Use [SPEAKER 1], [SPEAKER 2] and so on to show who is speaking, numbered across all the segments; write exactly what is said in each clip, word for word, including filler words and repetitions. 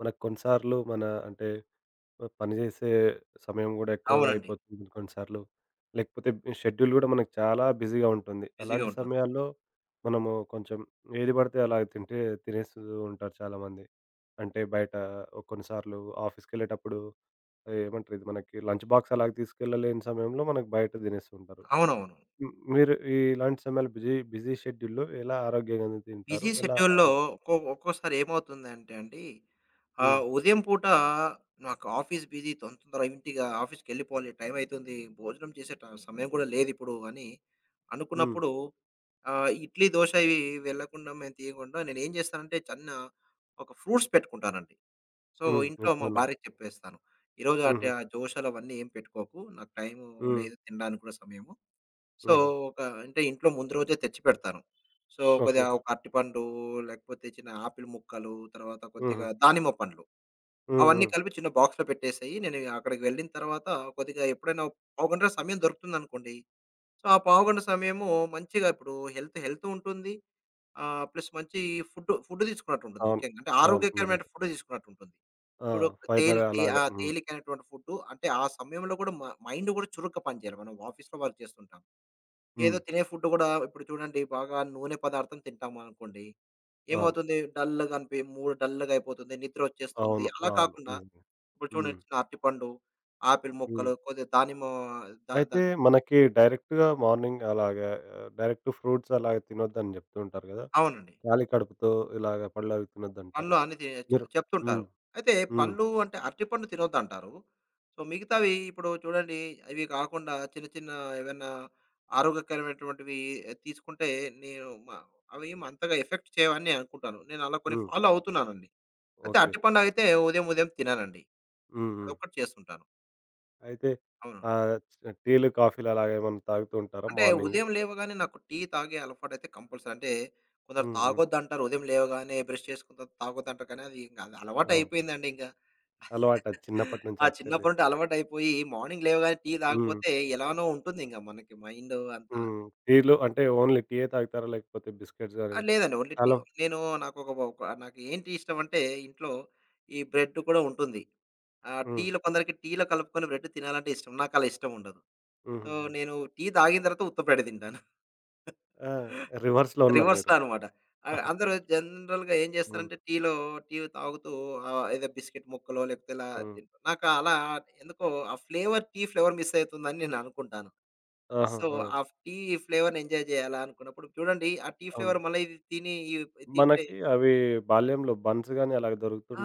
[SPEAKER 1] మనకు కొన్నిసార్లు మన అంటే పని చేసే సమయం గూడా ఎక్కువగా
[SPEAKER 2] అవునండి.
[SPEAKER 1] అయిపోతుంది కొన్నిసార్లు. లేకపోతే షెడ్యూల్ గూడా మనకు చాలా బిజీగా ఉంటుంది.
[SPEAKER 2] బిజీగా
[SPEAKER 1] అలాంటి
[SPEAKER 2] ఉంటుంది.
[SPEAKER 1] సమయాల్లో మనము కొంచెం ఏది పడితే అలా తింటే తినేస్తూ ఉంటారు చాలామంది. అంటే బయట కొన్నిసార్లు ఆఫీస్‌కెళ్ళేటప్పుడు ఏమంటారు ఇది మనకి లంచ్ బాక్స్ అలాగ తీసుకెళ్ళలేని సమయంలో మనకు బయట తినేస్తూ ఉంటారు.
[SPEAKER 2] అవునవును.
[SPEAKER 1] హ్మ్. మీరు ఈ ఇలాంటి సమయాలు బిజీ బిజీ షెడ్యూల్‌లో ఎలా ఆరోగ్యంగా
[SPEAKER 2] బిజీ
[SPEAKER 1] తింటారు? ఎలా
[SPEAKER 2] షెడ్యూల్‌లో
[SPEAKER 1] ఆరోగ్యం
[SPEAKER 2] ఒక్కో ఒక్కోసారి ఏమవుతుందంటే అండి,
[SPEAKER 1] హ్మ్.
[SPEAKER 2] ఆహ్, ఉదయం పూట నాకు ఆఫీస్ బిజీ, తొం తొందరగా ఇంటికి ఆఫీస్‌కెళ్ళిపోవాలి, టైం అయితుంది. భోజనం చేసే ట సమయం కూడా లేదిప్పుడు అని
[SPEAKER 1] హ్మ్.
[SPEAKER 2] అనుకున్నప్పుడు ఆహ్, ఇడ్లీ, దోస ఇవి వెళ్ళకుండా మేము తీయకుండా నేనేం చేస్తానంటే చిన్న ఒక ఫ్రూట్స్ పెట్టుకుంటానండి. సో,
[SPEAKER 1] హ్మ్.
[SPEAKER 2] ఇంట్లో మా
[SPEAKER 1] ఇంట్లోనే.
[SPEAKER 2] భార్యకి చెప్పేస్తాను, "ఈరోజు అట్ట
[SPEAKER 1] హుహు.
[SPEAKER 2] దోసలు అవన్నీ ఏం పెట్టుకోకు. నాకు టైము
[SPEAKER 1] హ్మ్.
[SPEAKER 2] లేదు తినడానికి కూడా సమయము." సో,
[SPEAKER 1] హుహు.
[SPEAKER 2] ఒక అంటే ఇంట్లో ముందు రోజే తెచ్చిపెడతాను. So,
[SPEAKER 1] okay.
[SPEAKER 2] కొద్దిగా ఒక అరటిపండు, లేకపోతే చిన్న ఆపిల్ ముక్కలు, తర్వాత
[SPEAKER 1] హుహు.
[SPEAKER 2] కొద్దిగా దానిమ్మ పండ్లు
[SPEAKER 1] హ్మ్.
[SPEAKER 2] అవన్నీ
[SPEAKER 1] హ్మ్.
[SPEAKER 2] కలిపి చిన్న బాక్స్‌లో పెట్టేసేయి. నేను అక్కడికి వెళ్ళిన తర్వాత కొద్దిగా ఎప్పుడైనా పావుగంట సమయం దొరుకుతుందనుకోండి. సో, ఆ పావుగంట సమయము మంచిగా ఇప్పుడు హెల్త్ హెల్త్ ఉంటుంది. ఆహ్, ప్లస్ మంచి ఫుడ్ ఫుడ్ తీసుకున్నట్టు ఉంటుంది
[SPEAKER 1] అవును.
[SPEAKER 2] ముఖ్యంగా. అంటే
[SPEAKER 1] అవును.
[SPEAKER 2] ఆరోగ్యకరమైన
[SPEAKER 1] నిజమే.
[SPEAKER 2] ఫుడ్ తీసుకున్నట్టు ఉంటుంది.
[SPEAKER 1] ఆ!
[SPEAKER 2] ఇప్పుడు
[SPEAKER 1] ఫైబర్
[SPEAKER 2] తేలి తే
[SPEAKER 1] అలాగా.
[SPEAKER 2] ఆహ్,
[SPEAKER 1] హ్మ్.
[SPEAKER 2] తేలికైనటువంటి ఫుడ్ అంటే ఆ సమయంలో కూడా మ మైండ్ కూడా చురుగ్గా పనిచేయాలి. మనం ఆఫీస్‌లో వర్క్ చేస్తుంటాం. ఏదో
[SPEAKER 1] హ్మ్.
[SPEAKER 2] తినే ఫుడ్ గూడా ఇప్పుడు చూడండి, బాగా నూనె పదార్థం తింటామనుకోండి,
[SPEAKER 1] అవును.
[SPEAKER 2] ఏమవుతుంది, డల్‌గా అనిపి మూడ్ డల్‌గా అయిపోతుంది. నిద్రొచ్చేస్తుంది.
[SPEAKER 1] అవును.
[SPEAKER 2] అలా
[SPEAKER 1] అవును.
[SPEAKER 2] కాకుండా
[SPEAKER 1] నిజమే.
[SPEAKER 2] ఇప్పుడు
[SPEAKER 1] హ్మ్.
[SPEAKER 2] చూడండి చిన్న అరటిపండు, ఆపిల్
[SPEAKER 1] హ్మ్.
[SPEAKER 2] ముక్కలు, కొద్దిగా దానిమ్మ దా
[SPEAKER 1] అయితే
[SPEAKER 2] దాని
[SPEAKER 1] మనకి డైరెక్ట్‌గా మార్నింగ్ అలాగా ఆహ్, డైరెక్ట్ ఫ్రూట్స్ అలాగా తినొద్దని జెప్తూ ఉంటారు గదా!
[SPEAKER 2] అవునండి.
[SPEAKER 1] ఖాళీ కడుపుతో ఇలాగ పళ్ళవి తినొద్దంటారు.
[SPEAKER 2] పండ్లు అన్ని తినేయొచ్చు
[SPEAKER 1] మీరు హ్మ్.
[SPEAKER 2] చెప్తుంటారు. అయితే
[SPEAKER 1] హ్మ్.
[SPEAKER 2] పళ్ళు అంటే అరటిపండు తినొద్దంటారు. సో, మిగతావి ఇప్పుడు చూడండి, ఇవి కాకుండా చిన్న చిన్న ఏవన్నా ఆరోగ్యకరమైనటువంటివి తీసుకుంటే, నేను మ అవేం అంతగా ఎఫెక్ట్ చేయవని నేను అనుకుంటాను. నేను అలా కొన్ని
[SPEAKER 1] హ్మ్.
[SPEAKER 2] ఫాలో అవుతున్నానండి. అయితే
[SPEAKER 1] ఓకే.
[SPEAKER 2] అరటిపండయితే ఉదయం, ఉదయం తిననండి.
[SPEAKER 1] హ్మ్. హ్మ్.
[SPEAKER 2] అదొక్కటి చేస్తుంటాను.
[SPEAKER 1] అయితే
[SPEAKER 2] అవును.
[SPEAKER 1] ఆహ్, టీలు, కాఫీలు అలాగేమన్నా తాగుతూ ఉంటారా
[SPEAKER 2] అంటే
[SPEAKER 1] మార్నింగ్?
[SPEAKER 2] ఉదయం లేవగానే నాకు టీ తాగే అలవాటైతే కంపల్సరీ. అంటే కొందరు
[SPEAKER 1] హ్మ్. హ్మ్.
[SPEAKER 2] తాగొద్దంటారు. ఉదయం లేవగానే బ్రష్ చేసుకున్న తర్వాత తాగొద్దంటారు. కానీ అది ఇంక అది
[SPEAKER 1] అవును.
[SPEAKER 2] అలవాటయిపోయిందండి ఇంక.
[SPEAKER 1] అలవాటది చిన్నప్పటి నుంచి
[SPEAKER 2] ఆ
[SPEAKER 1] యాక్చువల్‌గా.
[SPEAKER 2] చిన్నప్పటి నుండి అలవాటయిపోయి మార్నింగ్ లేవగానే టీ
[SPEAKER 1] హ్మ్.
[SPEAKER 2] తాగకపోతే ఎలానో ఉంటుందింక మనకి మైండ్ అంతా.
[SPEAKER 1] హ్మ్. టీలో అంటే ఓన్లీ టీయే తాగుతారా? లేకపోతే బిస్కెట్స్
[SPEAKER 2] ఆ,
[SPEAKER 1] గాని
[SPEAKER 2] లేదండి. Only tea.
[SPEAKER 1] హలో.
[SPEAKER 2] నేను, నాకొక ఒక ఒక- నాకు ఏంటి ఇష్టమంటే, ఇంట్లో ఈ బ్రెడ్ కూడా ఉంటుంది. ఆ,
[SPEAKER 1] హ్మ్.
[SPEAKER 2] టీలో కొందరికి టీలో కలుపుకొని బ్రెడ్ తినాలంటే ఇష్టం. నాకలా ఇష్టముండదు. సో,
[SPEAKER 1] హుహుహు.
[SPEAKER 2] నేను టీ తాగిన తర్వాత ఉత్తపేడ తింటాను.
[SPEAKER 1] ఆ! రివర్స్‌లో ఉన్నారు మీరు.
[SPEAKER 2] రివర్స్‌లో అనమాట. ఆహ్, అందరూ జనరల్‌గా ఏం
[SPEAKER 1] హ్మ్.
[SPEAKER 2] చేస్తారంటే టీలో, టీ తాగుతూ ఆహ్, ఏదో బిస్కెట్ ముక్కలో లేకపోతే ఇలా
[SPEAKER 1] హ్మ్.
[SPEAKER 2] తింటారు. నాకు అలా ఎందుకో ఆ ఫ్లేవర్ టీ ఫ్లేవర్ మిస్ అవుతుందని నేను అనుకుంటాను.
[SPEAKER 1] ఆహా!
[SPEAKER 2] సో,
[SPEAKER 1] ఆ!
[SPEAKER 2] ఆ టీ ఫ్లేవర్‌ని ఎంజాయ్ చేయాలా అనుకున్నప్పుడు చూడండి, ఆ టీ
[SPEAKER 1] అవును.
[SPEAKER 2] ఫ్లేవర్ మళ్ళీ ఇది తిని ఇది తింటే.
[SPEAKER 1] మనకి అవి బాల్యంలో బన్స్ గాని అలాగ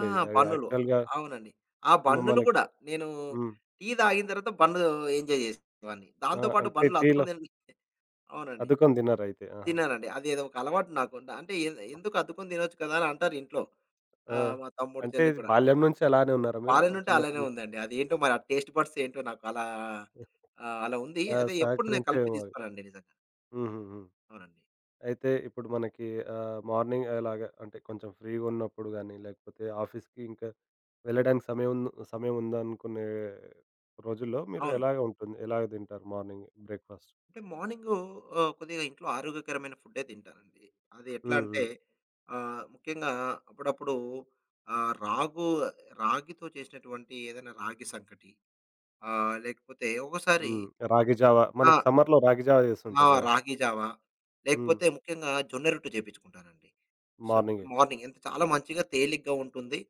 [SPEAKER 2] ఆ,
[SPEAKER 1] అవి
[SPEAKER 2] బన్నులు.
[SPEAKER 1] యాక్చువల్‌గా
[SPEAKER 2] అవునండి. ఆ
[SPEAKER 1] మ
[SPEAKER 2] బన్నులు
[SPEAKER 1] మనకి
[SPEAKER 2] కూడా నేను
[SPEAKER 1] హ్మ్.
[SPEAKER 2] టీ తాగిన తర్వాత బన్ను ఎంజాయ్ చేసేవాడిని.
[SPEAKER 1] ఆ!
[SPEAKER 2] దాంతో పాటు
[SPEAKER 1] అంటే
[SPEAKER 2] బన్నులు
[SPEAKER 1] టీలో
[SPEAKER 2] అద్దుకొని తిన్ అవునండి.
[SPEAKER 1] అద్దుకొని తిన్నారయితే. ఆహా!
[SPEAKER 2] తిన్నానండి. అది ఏదో ఒక అలవాటు నాకుండ. అంటే ఎ ఎందుకు అద్దుకొని తినొచ్చు కదా అని అంటారు ఇంట్లో.
[SPEAKER 1] ఆ!
[SPEAKER 2] ఆహ్, మా తమ్ముడు,
[SPEAKER 1] అంటే
[SPEAKER 2] చెల్లి కూడా.
[SPEAKER 1] బాల్యం నుంచి అలానే ఉన్నారా మీరు?
[SPEAKER 2] వాళ్ళ నుండి అలానే
[SPEAKER 1] చిన్నప్పటి నుంచి
[SPEAKER 2] ఉందండి. అదేంటో మరి ఆ టేస్ట్ బడ్స్ ఏంటో నాకు అలా, ఆహ్, అలా ఉంది.
[SPEAKER 1] ఆ!
[SPEAKER 2] అదే ఎప్పుడు నేను కలిపి
[SPEAKER 1] సహకరించేవేమో అవి.
[SPEAKER 2] తీసుకోనండి నిజంగా.
[SPEAKER 1] హుహుహు.
[SPEAKER 2] అవునండి.
[SPEAKER 1] అయితే ఇప్పుడు మనకి ఆహ్, మార్నింగ్ ఎలాగా అంటే కొంచెం ఫ్రీగా ఉన్నప్పుడు గాని, లేకపోతే ఆఫీస్‌కి ఇంకా వెళ్ళడానికి సమయం ఉన్న- సమయం ఉందనుకునే రోజుల్లో మీరు
[SPEAKER 2] అవును.
[SPEAKER 1] ఎలాగ ఉంటుంది? ఎలాగ తింటారు మార్నింగ్ బ్రేక్‌ఫాస్ట్?
[SPEAKER 2] అంటే మార్నింగు ఆహ్, కొద్దిగా ఇంట్లో ఆరోగ్యకరమైన ఫుడ్డే తింటానండి. అది ఎట్లా
[SPEAKER 1] హ్మ్.
[SPEAKER 2] అంటే
[SPEAKER 1] హ్మ్.
[SPEAKER 2] ఆహ్, ముఖ్యంగా అప్పుడప్పుడు ఆహ్, రాగు రాగితో చేసినటువంటి ఏదైనా రాగి సంకటి, ఆహ్, లేకపోతే ఒక్కోసారి
[SPEAKER 1] హ్మ్. రాగి జావ.
[SPEAKER 2] ఆ,
[SPEAKER 1] మనకి సమ్మర్‌లో రాగి జావ
[SPEAKER 2] ఆ,
[SPEAKER 1] చేస్తుంటారు గదా!
[SPEAKER 2] రాగి జావా,
[SPEAKER 1] హ్మ్.
[SPEAKER 2] లేకపోతే ముఖ్యంగా జొన్న రొట్టె చేపించుకుంటానండి. సో,
[SPEAKER 1] మార్నింగే.
[SPEAKER 2] మార్నింగ్ ఎంత చాలా మంచిగా తేలిగ్గా ఉంటుంది.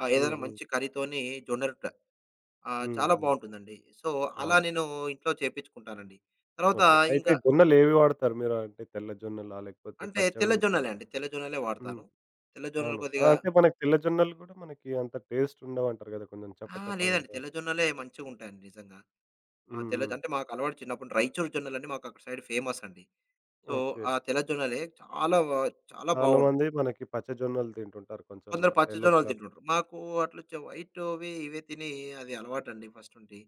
[SPEAKER 2] ఆహ్,
[SPEAKER 1] హ్మ్.
[SPEAKER 2] ఏదైనా
[SPEAKER 1] హ్మ్.
[SPEAKER 2] మంచి కర్రీతోని జొన్న రొట్టె ఆహ్,
[SPEAKER 1] హ్మ్.
[SPEAKER 2] చాలా
[SPEAKER 1] హ్మ్.
[SPEAKER 2] బావుంటుందండి. సో, అలా
[SPEAKER 1] అవును.
[SPEAKER 2] నేను ఇంట్లో చేపించుకుంటానండి. తర్వాత
[SPEAKER 1] ఓకే. అయితే
[SPEAKER 2] ఇంకా
[SPEAKER 1] జొన్నలేవి వాడతారు మీరు? అంటే తెల్ల జొన్నలా? లేకపోతే
[SPEAKER 2] అంటే తెల్ల
[SPEAKER 1] పచ్చగుంటాయి?
[SPEAKER 2] జొన్నలే అండి. తెల్ల జొన్నలే
[SPEAKER 1] హ్మ్.
[SPEAKER 2] వాడతాను. తెల్ల జొన్నలు
[SPEAKER 1] అవును. ఆ!
[SPEAKER 2] కొద్దిగా.
[SPEAKER 1] అంటే మనకి తెల్ల జొన్నలు గూడా మనకి అంత టేస్ట్ ఉండవంటారు గదా! కొంచెం చప్ప
[SPEAKER 2] ఆ,
[SPEAKER 1] చప్పగా
[SPEAKER 2] లేదండి.
[SPEAKER 1] ఉంటాయి.
[SPEAKER 2] తెల్ల జొన్నలే మంచిగుంటాయండి నిజంగా. ఆహ్,
[SPEAKER 1] హ్మ్.
[SPEAKER 2] తెల్ల
[SPEAKER 1] హ్మ్.
[SPEAKER 2] అంటే మాకు అలవాటు. చిన్నప్పుడు రాయచూరు జొన్నలని మాకు అక్కడ సైడ్ ఫేమస్ అండి. So,
[SPEAKER 1] okay.
[SPEAKER 2] ఆ తెల్ల జొన్నలే చాలా వ చాలా బావుంటాయి.
[SPEAKER 1] చాలామంది మనకి పచ్చ జొన్నలు తింటుంటారు కొంచెం
[SPEAKER 2] కొందరు పచ్చ
[SPEAKER 1] యెల్లో
[SPEAKER 2] జొన్నలు
[SPEAKER 1] కలర్.
[SPEAKER 2] తింటుంటారు. మాకు అట్లొచ్చే వైటువి, ఇవే తిని అది అలవాటండి ఫస్ట్ నుండి.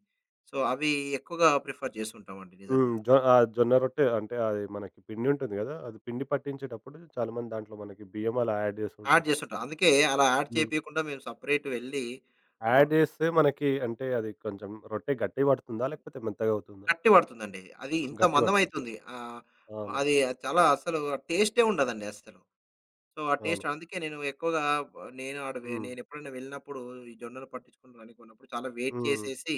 [SPEAKER 2] సో, అవి ఎక్కువగా ప్రిఫర్ చేస్తుంటామండి
[SPEAKER 1] హ్మ్.
[SPEAKER 2] నిజంగా.
[SPEAKER 1] జొ ఆ జొన్న రొట్టె అంటే అది మనకి పిండి ఉంటుంది గదా! అది పిండి పట్టించేటప్పుడు చాలామంది దాంట్లో మనకి బియ్యం అలా యాడ్
[SPEAKER 2] యాడ్
[SPEAKER 1] జేస్తుంటారు.
[SPEAKER 2] చేస్తుంటాం. అందుకే అలా యాడ్
[SPEAKER 1] హ్మ్.
[SPEAKER 2] చేపియకుండా మేము సెపరేట్ వెళ్లి. మ
[SPEAKER 1] యాడ్ జేస్తే మనకి అంటే అది కొంచెం రొట్టె గట్టిగ పడుతుందా? లేకపోతే మెత్తగా అవుతుందా?
[SPEAKER 2] గట్టి పడుతుందండి. అది ఇంత
[SPEAKER 1] గట్టిగ పడుతుంది.
[SPEAKER 2] మందమైతుంది. ఆహ్,
[SPEAKER 1] అవును.
[SPEAKER 2] అది చాలా అసలు టేస్టే ఉండదండి అస్సలు. సో, ఆ టేస్ట్
[SPEAKER 1] అవును.
[SPEAKER 2] అందుకే నేను ఎక్కువగా, ఆ, నేను ఆడ వె
[SPEAKER 1] హ్మ్.
[SPEAKER 2] నేనెప్పుడైనా వెళ్ళినప్పుడు ఈ జొన్నలు పట్టించుకోవడానికి కొన్నప్పుడు చాలా వెయిట్
[SPEAKER 1] హ్మ్.
[SPEAKER 2] చేసేసి,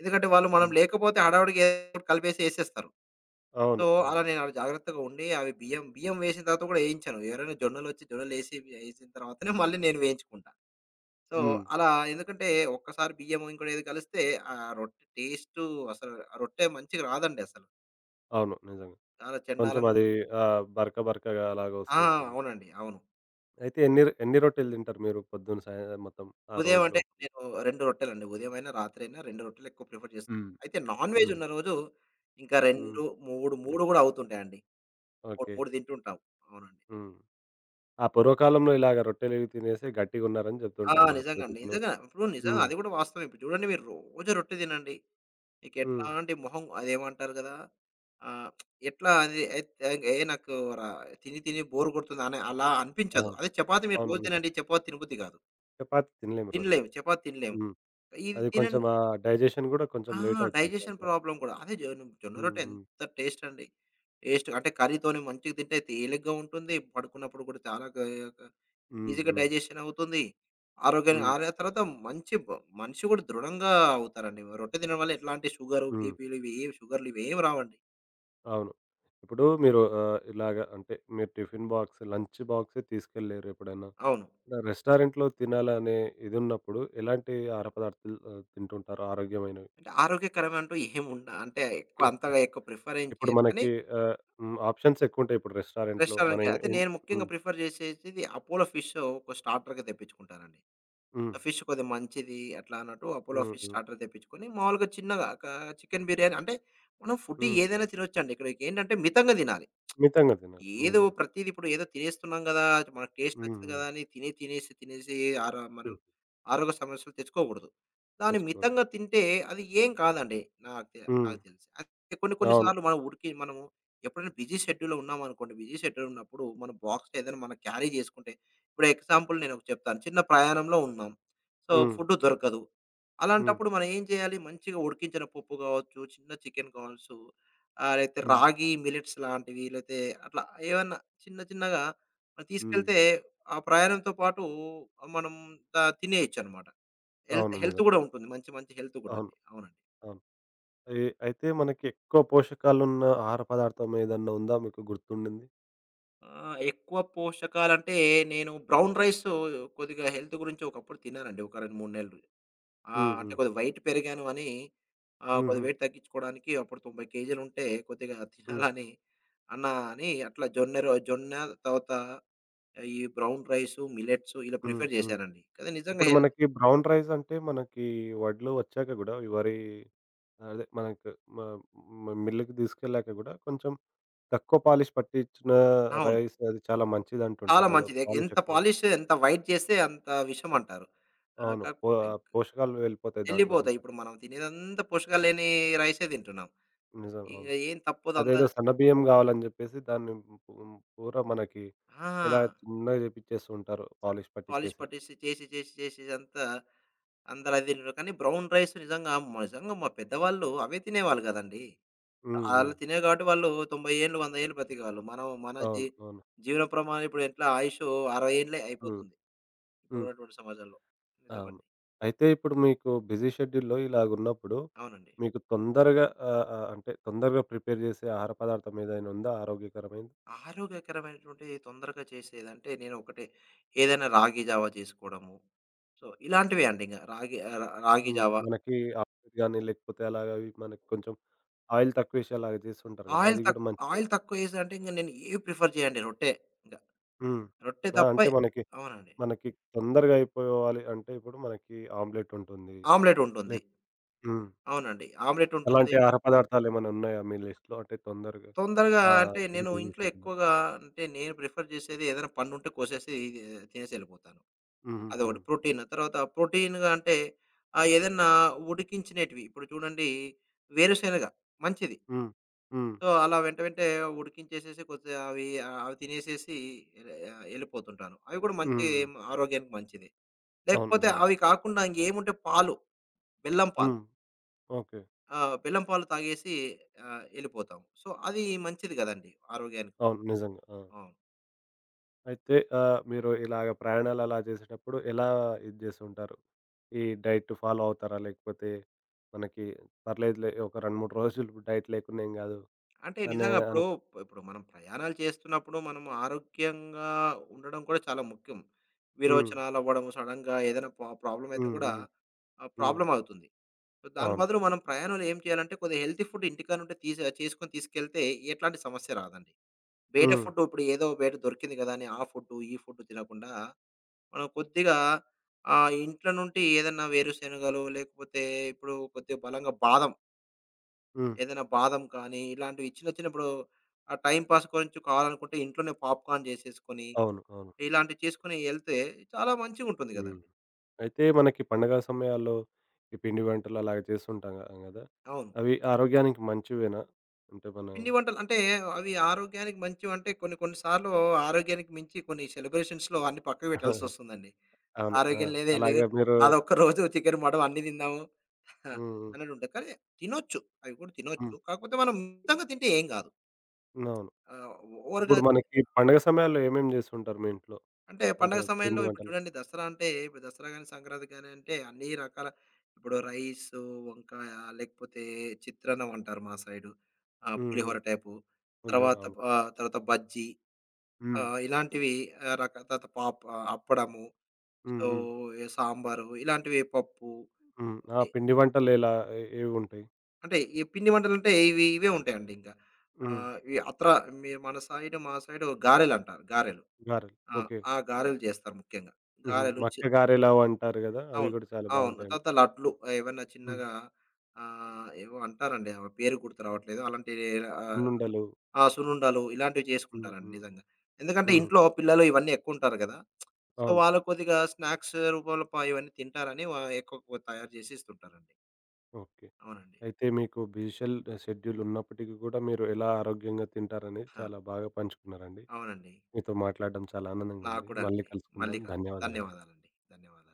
[SPEAKER 2] ఎందుకంటే వాళ్ళు మనం
[SPEAKER 1] హ్మ్.
[SPEAKER 2] లేకపోతే హడావుడిగా ఏదో ఒకటి కలిపేసి ఏసేస్తారు. సో,
[SPEAKER 1] అవును.
[SPEAKER 2] అలా
[SPEAKER 1] అవును.
[SPEAKER 2] నేను అలా జాగ్రత్తగా ఉండి, అవి బియ్యం బియ్యం వేసిన తర్వాత కూడా ఏయించను. ఎవరైనా జొన్నలొచ్చి జొన్నలేసి ఏసిన తర్వాతనే మళ్ళీ నేను వేయించుకుంటా. సో,
[SPEAKER 1] హ్మ్.
[SPEAKER 2] అలా, ఎందుకంటే ఒక్కసారి బియ్యం ఇంకోటేది కలిస్తే ఆ రొట్టె టేస్టు అసలు, ఆ రొట్టె మంచిగా రాదండి అసలు.
[SPEAKER 1] అవును. నిజంగా.
[SPEAKER 2] చాలా
[SPEAKER 1] కొంచెం
[SPEAKER 2] చెండాలంగా ఉంటుంది.
[SPEAKER 1] అది ఆహ్, బరక బరకగా అలాగ
[SPEAKER 2] ఆ,
[SPEAKER 1] వస్తూ ఉంటుంది.
[SPEAKER 2] అవునండి. అవును.
[SPEAKER 1] అయితే ఎన్ని ఎన్ని రొట్టెలు తింటారు మీరు పొద్దున, సాయం మొత్తం ఆ
[SPEAKER 2] ఉదయం అంటే
[SPEAKER 1] రోజులో?
[SPEAKER 2] నేను రెండు రొట్టెలండి. ఉదయమైనా, రాత్రైనా రెండు రొట్టెలు ఎక్కువ ప్రిఫర్ చేస్తా.
[SPEAKER 1] హ్మ్.
[SPEAKER 2] అయితే నాన్ వెజ్
[SPEAKER 1] హుహు.
[SPEAKER 2] ఉన్న రోజు ఇంకా
[SPEAKER 1] హ్మ్.
[SPEAKER 2] రెండు, మూడు, మూడు కూడా అవుతుంటాయండి. మూడు,
[SPEAKER 1] ఓకే.
[SPEAKER 2] మూడు తింటుంటాం. అవునండి.
[SPEAKER 1] హ్మ్. ఆ పూర్వకాలంలో ఇలాగ రొట్టెలివి తినేసి గట్టిగున్నారని
[SPEAKER 2] ఆ,
[SPEAKER 1] జెప్తుంటారు మన
[SPEAKER 2] నిజంగండి.
[SPEAKER 1] పూర్వీకులు.
[SPEAKER 2] నిజంగా. ఇప్పుడు నిజంగా
[SPEAKER 1] హ్మ్.
[SPEAKER 2] అది గూడా వాస్తవమే. ఇప్పుడు చూడండి, మీరు రోజు రొట్టె తినండి, మీకు
[SPEAKER 1] హ్మ్.
[SPEAKER 2] ఎట్లాంటి మొహం అదేమంటారు గదా. ఆహ్, ఎట్లా అది ఎత్ ఎ నాకు రా తిని తిని బోర్ కొడుతుంది అని అలా అనిపించదు.
[SPEAKER 1] అవును.
[SPEAKER 2] అదే చపాతీ మీరు
[SPEAKER 1] అవును.
[SPEAKER 2] రోజు తినండి,
[SPEAKER 1] నిజమే.
[SPEAKER 2] చపాతీ తినబుద్ధి గాదు.
[SPEAKER 1] చపాతీ తినలేము రోజు.
[SPEAKER 2] తినలేము. చపాతీ తినలేము.
[SPEAKER 1] హ్మ్.
[SPEAKER 2] ఇది
[SPEAKER 1] అది కొంచెం
[SPEAKER 2] తినండి.
[SPEAKER 1] ఆ డైజెషన్ గూడా కొంచెం
[SPEAKER 2] ఆ,
[SPEAKER 1] లేట్ అవుతుంది
[SPEAKER 2] డైజెషన్
[SPEAKER 1] చపాతీ.
[SPEAKER 2] ప్రాబ్లమ్ కూడా. అదే జొ జొన్న
[SPEAKER 1] హ్మ్.
[SPEAKER 2] రొట్టె
[SPEAKER 1] హ్మ్.
[SPEAKER 2] ఎంత టేస్ట్ అండి. టేస్ట్ అంటే కర్రీతోని మంచిగా తింటే తేలిగ్గా ఉంటుంది. పడుకున్నప్పుడు కూడా చాలా గ గ
[SPEAKER 1] హ్మ్.
[SPEAKER 2] ఈజీగా
[SPEAKER 1] హ్మ్.
[SPEAKER 2] డైజెషన్ అవుతుంది. ఆరోగ్యాన్ని
[SPEAKER 1] హ్మ్.
[SPEAKER 2] ఆర తర్వాత మంచి బ మనిషి కూడా దృఢంగా అవుతారండి. రొట్టె తినడం వల్ల ఎట్లాంటి షుగరు,
[SPEAKER 1] హ్మ్.
[SPEAKER 2] బీపీలు ఇవి ఏమి షుగర్‌లు ఇవేమి రావండి.
[SPEAKER 1] అవును. ఇప్పుడు మీరు ఆహ్, ఇలాగ అంటే మీరు టిఫిన్ బాక్స్, లంచ్ బాక్సే తీసుకెళ్ళలేరెప్పుడైనా?
[SPEAKER 2] అవును.
[SPEAKER 1] రెస్టారెంట్‌లో తినాలనే ఇదున్నప్పుడు ఎలాంటి ఆహార పదార్థాలు ఆహ్, తింటుంటారు ఆరోగ్యమైనవి?
[SPEAKER 2] అంటే ఆరోగ్యకరం అంటూ ఏమి ఉండ, అంటే ఎక్కువ అంతగా ఎక్కువ ప్రిఫర్ ఏం
[SPEAKER 1] ఇప్పుడు
[SPEAKER 2] చేయను. కానీ
[SPEAKER 1] మనకి ఆహ్, హ్మ్. ఆప్షన్స్ ఎక్కువుంటాయి ఇప్పుడు రెస్టారెంట్‌లో. మన
[SPEAKER 2] రెస్టారెంట్‌కి
[SPEAKER 1] ఇన్
[SPEAKER 2] అయితే
[SPEAKER 1] ఇన్
[SPEAKER 2] నేను ముఖ్యంగా
[SPEAKER 1] హ్మ్.
[SPEAKER 2] ప్రిఫర్ చేసేది అపోలో ఫిష్ ఒక స్టార్టర్‌గా తెప్పించుకుంటానండి.
[SPEAKER 1] హ్మ్.
[SPEAKER 2] ఫిష్ కొద్దిగా మంచిది అట్లా అన్నట్టు అపోలో
[SPEAKER 1] హ్మ్.
[SPEAKER 2] ఫిష్
[SPEAKER 1] హ్మ్.
[SPEAKER 2] స్టార్టర్ తెప్పించుకొని మామూలుగా చిన్నగా క చికెన్ బిర్యానీ అంటే, మనం ఫుడ్
[SPEAKER 1] హ్మ్.
[SPEAKER 2] ఏదైనా తినొచ్చండి. ఇక్కడికేంటంటే మితంగా తినాలి.
[SPEAKER 1] మితంగా తినాలి.
[SPEAKER 2] ఏదో
[SPEAKER 1] నిజం.
[SPEAKER 2] ప్రతీది ఇప్పుడు ఏదో తినేస్తున్నాం గదా. మనకు టేస్ట్
[SPEAKER 1] హ్మ్.
[SPEAKER 2] నచ్చదు
[SPEAKER 1] హ్మ్.
[SPEAKER 2] గదా అని తిని తినేసి, తినేసి, ఆరో మనం
[SPEAKER 1] హ్మ్.
[SPEAKER 2] ఆరోగ్య సమస్యలు తెచ్చుకోకూడదు. దాన్ని మితంగా
[SPEAKER 1] తెచ్చుకోవద్దు.
[SPEAKER 2] తింటే అది ఏం కాదండి. నాకు తె
[SPEAKER 1] హ్మ్.
[SPEAKER 2] నాకు తెలిసి. అయితే కొన్ని కొన్ని
[SPEAKER 1] అవును.
[SPEAKER 2] సార్లు మనం ఉడికి మనము ఎప్పుడైనా బిజీ షెడ్యూల్‌లో ఉన్నామనుకోండి. బిజీ షెడ్యూల్ ఉన్నప్పుడు మన బాక్స్‌లో ఏదైనా మనం క్యారీ జేసుకుంటే, ఇప్పుడు ఎగ్జాంపుల్ నేనొకటి చెప్తాను. చిన్న ప్రయాణంలో ఉన్నాం. సో,
[SPEAKER 1] హ్మ్.
[SPEAKER 2] ఫుడ్ దొరకదు.
[SPEAKER 1] హ్మ్.
[SPEAKER 2] అలాంటప్పుడు మనం ఏం చేయాలి? మంచిగా ఉడికించిన పప్పు కావచ్చు, చిన్న చికెన్ కావచ్చు, ఆహ్, లేతే
[SPEAKER 1] హ్మ్.
[SPEAKER 2] రాగి మిల్లెట్స్ లాంటివి, లేతే అట్లా ఏవన్నా చిన్న చిన్నగా మనం
[SPEAKER 1] హ్మ్.
[SPEAKER 2] తీసుకెళ్తే ఆ ప్రయాణంతో పాటు మనం త తినేయొచ్చనమాట. హెల్త్
[SPEAKER 1] అవును.
[SPEAKER 2] హెల్త్
[SPEAKER 1] నిజం.
[SPEAKER 2] గూడా ఉంటుంది. మంచి మంచి హెల్త్ గూడా
[SPEAKER 1] అవును.
[SPEAKER 2] అండి. అవునండి.
[SPEAKER 1] అవును. ఎ అయితే మనకి ఎక్కువ పోషకాలున్న ఆహార పదార్థం ఏదన్నా ఉందా మీకు గుర్తుండింది?
[SPEAKER 2] ఆహ్, ఎక్కువ పోషకాలంటే నేను బ్రౌన్ రైసు కొద్దిగా హెల్త్ గురించి ఒకప్పుడు తిన్నానండి. ఒక రెండు, మూడు నెలలు. ఆ,
[SPEAKER 1] హ్మ్.
[SPEAKER 2] అంటే
[SPEAKER 1] హ్మ్.
[SPEAKER 2] కొద్దిగా వెయిట్ పెరిగాను అని ఆహ్,
[SPEAKER 1] హుహు.
[SPEAKER 2] కొద్దిగా వెయిట్ తగ్గించుకోవడానికి అప్పుడు తొంభై కేజీలుంటే కొద్దిగా
[SPEAKER 1] హ్మ్.
[SPEAKER 2] తినాలని అన్న అని అట్లా జొన్న రొ జొన్న తర్వాత ఈ బ్రౌన్ రైసు, మిల్లెట్సు ఇలా
[SPEAKER 1] హ్మ్.
[SPEAKER 2] ప్రిఫర్
[SPEAKER 1] హ్మ్.
[SPEAKER 2] చేశానండి. కదా నిజంగా
[SPEAKER 1] ఇప్పుడు
[SPEAKER 2] హెల్త్.
[SPEAKER 1] మనకి బ్రౌన్ రైస్ అంటే మనకి వడ్లు వచ్చాక గూడా ఈ వరి అదే మనకు మ మ మిల్లుకి తీసుకెళ్ళాక గూడా కొంచెం తక్కువ పాలిష్ పట్టించిన
[SPEAKER 2] అవును.
[SPEAKER 1] రైస్ అది చాలా
[SPEAKER 2] చాలా
[SPEAKER 1] మంచిదంటుంటారు గదా!
[SPEAKER 2] మంచిది.
[SPEAKER 1] పాలిష్
[SPEAKER 2] ఎంత
[SPEAKER 1] ఎక్కువ
[SPEAKER 2] పాలిష్, ఎంత వైట్ చేస్తే అంత విషం అంటారు. ఆ,
[SPEAKER 1] అవును. పో
[SPEAKER 2] కాకపోతే ఇంక
[SPEAKER 1] పోషకాలు వెళ్ళిపోతాయి దాంట్లో
[SPEAKER 2] వెళ్ళిపోతాయి.
[SPEAKER 1] నుంచి.
[SPEAKER 2] ఇప్పుడు మనం తినేదంతా పోషకాలు లేని రైసే తింటున్నాం.
[SPEAKER 1] నిజం.
[SPEAKER 2] ఇక
[SPEAKER 1] అవును.
[SPEAKER 2] ఏం తప్పదు అంతా.
[SPEAKER 1] అదేదో సన్న బియ్యం గావాలని జెప్పేసి దాన్ని హ్మ్. పూరా మనకి
[SPEAKER 2] ఆ,
[SPEAKER 1] ఇలా చిన్నగా జేపిచ్చేస్తూ ఉంటారు పాలిష్
[SPEAKER 2] పాలిష్
[SPEAKER 1] పట్టిచ్చేసి.
[SPEAKER 2] పట్టేసి చేసి చేసి చేసి అంతా అందరూ అది తింటారు. కానీ బ్రౌన్ రైస్ నిజంగా నిజంగా మా పెద్దవాళ్ళు అవే తినేవాళ్ళు కదండీ.
[SPEAKER 1] హ్మ్. హ్మ్.
[SPEAKER 2] ఆళ్ళు తినేవి కాబట్టి వాళ్ళు తొంభై ఏళ్ళు, వంద ఏళ్ళు బ్రతికేవాళ్ళు. మనం మన జీ
[SPEAKER 1] అవును. అవును.
[SPEAKER 2] జీవన ప్రమాణం ఇప్పుడు ఎట్లా ఆయుషు అరవై ఏళ్ళే
[SPEAKER 1] హ్మ్.
[SPEAKER 2] అయిపోతుంది,
[SPEAKER 1] హ్మ్.
[SPEAKER 2] ఇప్పుడున్నటువంటి సమాజంలో.
[SPEAKER 1] అవును.
[SPEAKER 2] నిజమండి.
[SPEAKER 1] అయితే ఇప్పుడు మీకు బిజీ షెడ్యూల్‌లో ఇలాగున్నప్పుడు
[SPEAKER 2] అవునండి.
[SPEAKER 1] మీకు తొందరగా ఆహ్, ఆహ్, అంటే తొందరగా ప్రిపేర్ జేసే ఆహార పదార్థం ఏదైనా ఉందా ఆరోగ్యకరమైనది?
[SPEAKER 2] ఆరోగ్యకరమైనటువంటి తొందరగా చేసేదంటే నేను ఒకటే, ఏదైనా రాగి జావా చేసుకోవడము. సో, ఇలాంటివే అండి ఇంగ. రాగి, ఆహ్, రాగి
[SPEAKER 1] హ్మ్.
[SPEAKER 2] జావ.
[SPEAKER 1] మనకి ఆమ్లెట్ గాని లేకపోతే అలాగా అవి మనకి కొంచెం ఆయిల్ తక్కువేసేలాగా చేస్తుంటారు గదా!
[SPEAKER 2] ఆయిల్
[SPEAKER 1] అది
[SPEAKER 2] తక్
[SPEAKER 1] గూడా మంచిదే.
[SPEAKER 2] ఆయిల్ తక్కువేసి అంటే ఇంక నేను ఏవి ప్రిఫర్ చేయనండి. రొట్టె. ఇంక
[SPEAKER 1] హ్మ్.
[SPEAKER 2] రొట్టె
[SPEAKER 1] ఆ!
[SPEAKER 2] తప్ప.
[SPEAKER 1] అంటే మనకి,
[SPEAKER 2] అవునండి.
[SPEAKER 1] మనకి తొందరగా అయిపోవాలి అంటే ఇప్పుడు మనకి ఆమ్లెట్ ఉంటుంది.
[SPEAKER 2] ఆమ్లెట్ ఉంటుంది.
[SPEAKER 1] లేక్ హ్మ్.
[SPEAKER 2] అవునండి. ఆమ్లెట్ ఉంటుంది.
[SPEAKER 1] అలాంటి ఆహార పదార్థాలేమన్నా ఉన్నాయా మీ లిస్ట్‌లో? అంటే తొందరగా
[SPEAKER 2] తొందరగా
[SPEAKER 1] ఆహ్,
[SPEAKER 2] అంటే
[SPEAKER 1] ఇది
[SPEAKER 2] నేను ఇంట్లో
[SPEAKER 1] చేసేద్దాం.
[SPEAKER 2] ఎక్కువగా, అంటే నేను ప్రిఫర్ చేసేది ఏదైనా పండుంటే కోసేసి ఇది తినేసి ఎళ్ళిపోతాను.
[SPEAKER 1] హుహు.
[SPEAKER 2] అదొకటి
[SPEAKER 1] హ్మ్.
[SPEAKER 2] ప్రోటీన్. తర్వాత ప్రోటీన్‌గా అంటే ఆహ్, ఏదన్నా ఉడికించినేటివి ఇప్పుడు చూడండి, వేరుశెనగ మంచిది.
[SPEAKER 1] హ్మ్. హ్మ్.
[SPEAKER 2] సో, అలా వెంట వెంటే ఉడికించేసేసి కొద్దిగా అవి, ఆహ్, అవి తినేసేసి, ఎ ఆహ్, ఎళ్ళిపోతుంటాను. అవి కూడా మంచి
[SPEAKER 1] హ్మ్.
[SPEAKER 2] ఆరోగ్యానికి మంచిది.
[SPEAKER 1] అవును.
[SPEAKER 2] లేకపోతే
[SPEAKER 1] నిజంగా.
[SPEAKER 2] అవి కాకుండా ఇంకేముంటే పాలు, బెల్లం పాలు.
[SPEAKER 1] హ్మ్. ఓకే.
[SPEAKER 2] ఆ, బెల్లం పాలు తాగేసి ఆహ్, ఎళ్ళిపోతాం. సో, అది మంచిది గదండీ ఆరోగ్యానికి.
[SPEAKER 1] అవును. నిజంగా. ఆ!
[SPEAKER 2] అవును.
[SPEAKER 1] అయితే ఆహ్, మీరు ఇలాగ ప్రయాణాలు అలా చేసేటప్పుడు ఎలా ఇది చేస్తుంటారు? ఈ డైట్ ఫాలో అవుతారా? లేకపోతే మనకి పర్లేదులే ఒక రెండు, మూడు రోజులు డైట్ లేకున్నా ఏం గాదు
[SPEAKER 2] అంటే
[SPEAKER 1] అనే
[SPEAKER 2] నిజంగా ఇప్పుడు,
[SPEAKER 1] అనుకు
[SPEAKER 2] ఇప్పుడు మనం ప్రయాణాలు చేస్తున్నప్పుడు మనం ఆరోగ్యంగా ఉండడం కూడా చాలా ముఖ్యం.
[SPEAKER 1] హ్మ్.
[SPEAKER 2] విరోచనాలవ్వడం, సడెన్‌గా ఏదైనా ప్రా ప్రాబ్లమ్ అయితే
[SPEAKER 1] హ్మ్.
[SPEAKER 2] కూడా
[SPEAKER 1] హ్మ్.
[SPEAKER 2] ఆహ్,
[SPEAKER 1] హ్మ్.
[SPEAKER 2] ప్రాబ్లమ్ అవుతుంది. సో, దాని
[SPEAKER 1] అవును.
[SPEAKER 2] బదులు మనం ప్రయాణంలో ఏం చేయాలంటే కొద్దిగా హెల్తీ ఫుడ్ ఇంటికానుంటే తీసి చేసుకొని తీసుకెళ్తే ఎట్లాంటి సమస్య రాదండి. బయట
[SPEAKER 1] హ్మ్.
[SPEAKER 2] ఫుడ్ ఇప్పుడు ఏదో బయట దొరికింది గదా అని ఆ ఫుడ్డు, ఈ ఫుడ్డు తినకుండా మనం కొద్దిగా ఆహ్, ఇంట్లో నుండి ఏదన్నా వేరుశనగలు, లేకపోతే ఇప్పుడు కొద్దిగా బలంగా బాదం,
[SPEAKER 1] హ్మ్.
[SPEAKER 2] ఏదైనా బాదం కానీ ఇలాంటివి చిన్న చిన్న, ఇప్పుడు ఆ టైం పాస్ కొంచెం కావాలనుకుంటే ఇంట్లోనే పాప్‌కార్న్ చేసేసుకొని,
[SPEAKER 1] అవును. అవును.
[SPEAKER 2] ఇలాంటివి చేసుకొని ఎళ్తే చాలా మంచిగుంటుంది
[SPEAKER 1] హ్మ్.
[SPEAKER 2] గదండీ.
[SPEAKER 1] అయితే మనకి పండగ సమయాల్లో ఈ పిండి వంటలు అలాగా చేస్తుంటాం గా గదా!
[SPEAKER 2] అవును.
[SPEAKER 1] అవి ఆరోగ్యానికి మంచివేనా? అంటే మన
[SPEAKER 2] పిండి వంటలు అంటే అవి ఆరోగ్యానికి మంచివంటే కొన్ని కొన్ని సార్లు ఆరోగ్యానికి మించి కొన్ని సెలబ్రేషన్స్‌లో అన్ని పక్కకు
[SPEAKER 1] అవును.
[SPEAKER 2] పెట్టాల్సొస్తుందండి.
[SPEAKER 1] ఆ!
[SPEAKER 2] ఆరోగ్యం లేదు, ఏం లేదు.
[SPEAKER 1] అలాగే మీరు
[SPEAKER 2] అదొక్క రోజు చికెన్, మటన్ అన్నీ తిందాము ఆ,
[SPEAKER 1] హ్మ్.
[SPEAKER 2] అన్నట్టు ఉంటాయి. కానీ తినొచ్చు. అవి కూడా తినొచ్చు.
[SPEAKER 1] హ్మ్.
[SPEAKER 2] కాకపోతే మనం మితంగా తింటే ఏం గాదు.
[SPEAKER 1] హ్మ్. అవును.
[SPEAKER 2] ఆహ్, ఓవర్‌గా.
[SPEAKER 1] ఇప్పుడు మనకి పండగ సమయాల్లో ఏమేమి జేస్తుంటారు మీ ఇంట్లో?
[SPEAKER 2] అంటే
[SPEAKER 1] అంటే
[SPEAKER 2] పండగ సమయంలో
[SPEAKER 1] పిండి
[SPEAKER 2] ఇప్పుడు
[SPEAKER 1] వంటలు?
[SPEAKER 2] చూడండి, దసరా అంటే, ఇప్పుడు దసరా గాని, సంక్రాంతి గాని అంటే అన్ని రకాల ఇప్పుడు రైసు, వంకాయ, లేకపోతే చిత్రాన్నం అంటారు మా సైడు. ఆహ్,
[SPEAKER 1] హ్మ్. హ్మ్.
[SPEAKER 2] పులిహోర టైపు.
[SPEAKER 1] పులిహోర.
[SPEAKER 2] తర్వాత
[SPEAKER 1] అవును.
[SPEAKER 2] ఆహ్, తర్వాత బజ్జీ,
[SPEAKER 1] హ్మ్.
[SPEAKER 2] ఆహ్, ఇలాంటివి, ఆహ్, రక తర్వాత పాప్ ఆ, అప్పడము.
[SPEAKER 1] హ్మ్.
[SPEAKER 2] సో,
[SPEAKER 1] హ్మ్.
[SPEAKER 2] సాంబారు ఇలాంటివి పప్పు.
[SPEAKER 1] హ్మ్. ఆ! పిండి వంటలు ఎలా ఏ ఏవుంటాయి?
[SPEAKER 2] అంటే ఈ పిండి వంటలంటే ఇవి ఇవే ఉంటాయండి ఇంకా.
[SPEAKER 1] హ్మ్.
[SPEAKER 2] ఆహ్, ఈ అత్ర మీ మన సైడ్, మా సైడు గారెలంటారు. గారెలు.
[SPEAKER 1] గారెలు.
[SPEAKER 2] ఆ,
[SPEAKER 1] ఓకే.
[SPEAKER 2] ఆ గారెలు చేస్తారు ముఖ్యంగా.
[SPEAKER 1] హుహు.
[SPEAKER 2] గారెలు చి
[SPEAKER 1] మక్క గారెలావు అంటారు గదా! అవి
[SPEAKER 2] అవును.
[SPEAKER 1] గూడా చాలా
[SPEAKER 2] అవును. తర్వాత
[SPEAKER 1] బావుంటాయంటారు.
[SPEAKER 2] లడ్లు, ఏవన్నా
[SPEAKER 1] హ్మ్.
[SPEAKER 2] చిన్నగా ఆహ్, ఏవో అంటారండి. ఆ పేరు గుర్తు రావట్లేదు. అలాంటి, ఆహ్,
[SPEAKER 1] సున్నుండలు.
[SPEAKER 2] ఆ, సున్నుండలు ఇలాంటివి
[SPEAKER 1] హ్మ్.
[SPEAKER 2] చేసుకుంటారండి
[SPEAKER 1] హ్మ్.
[SPEAKER 2] నిజంగా. ఎందుకంటే
[SPEAKER 1] హుహు.
[SPEAKER 2] ఇంట్లో పిల్లలు ఇవన్నీ ఎక్కువుంటారు కదా. సో,
[SPEAKER 1] అవును.
[SPEAKER 2] వాళ్ళు కొద్దిగా స్నాక్స్ రూపంలో ప ఇవన్నీ తింటారని వ ఎక్కువ తయారు చేసి ఇస్తుంటారండి.
[SPEAKER 1] ఓకే.
[SPEAKER 2] అవునండి.
[SPEAKER 1] అయితే మీకు బిజిషల్ షెడ్యూల్ ఉన్నప్పటికీ గూడా మీరు ఎలా ఆరోగ్యంగా తింటారనేది
[SPEAKER 2] ఆ,
[SPEAKER 1] చాలా బాగా పంచుకున్నారండి.
[SPEAKER 2] అవునండి.
[SPEAKER 1] మీతో మాట్లాడడం చాలా
[SPEAKER 2] నాకు
[SPEAKER 1] ఆనందంగుంది.
[SPEAKER 2] కూడా
[SPEAKER 1] మళ్ళీ
[SPEAKER 2] అండి. మళ్ళీ
[SPEAKER 1] కలుసుకుందాం.
[SPEAKER 2] కలుద్దాం.
[SPEAKER 1] ధన్యవాదాలండి.
[SPEAKER 2] ధన్యవాదాలండి. ధన్యవాదాలు.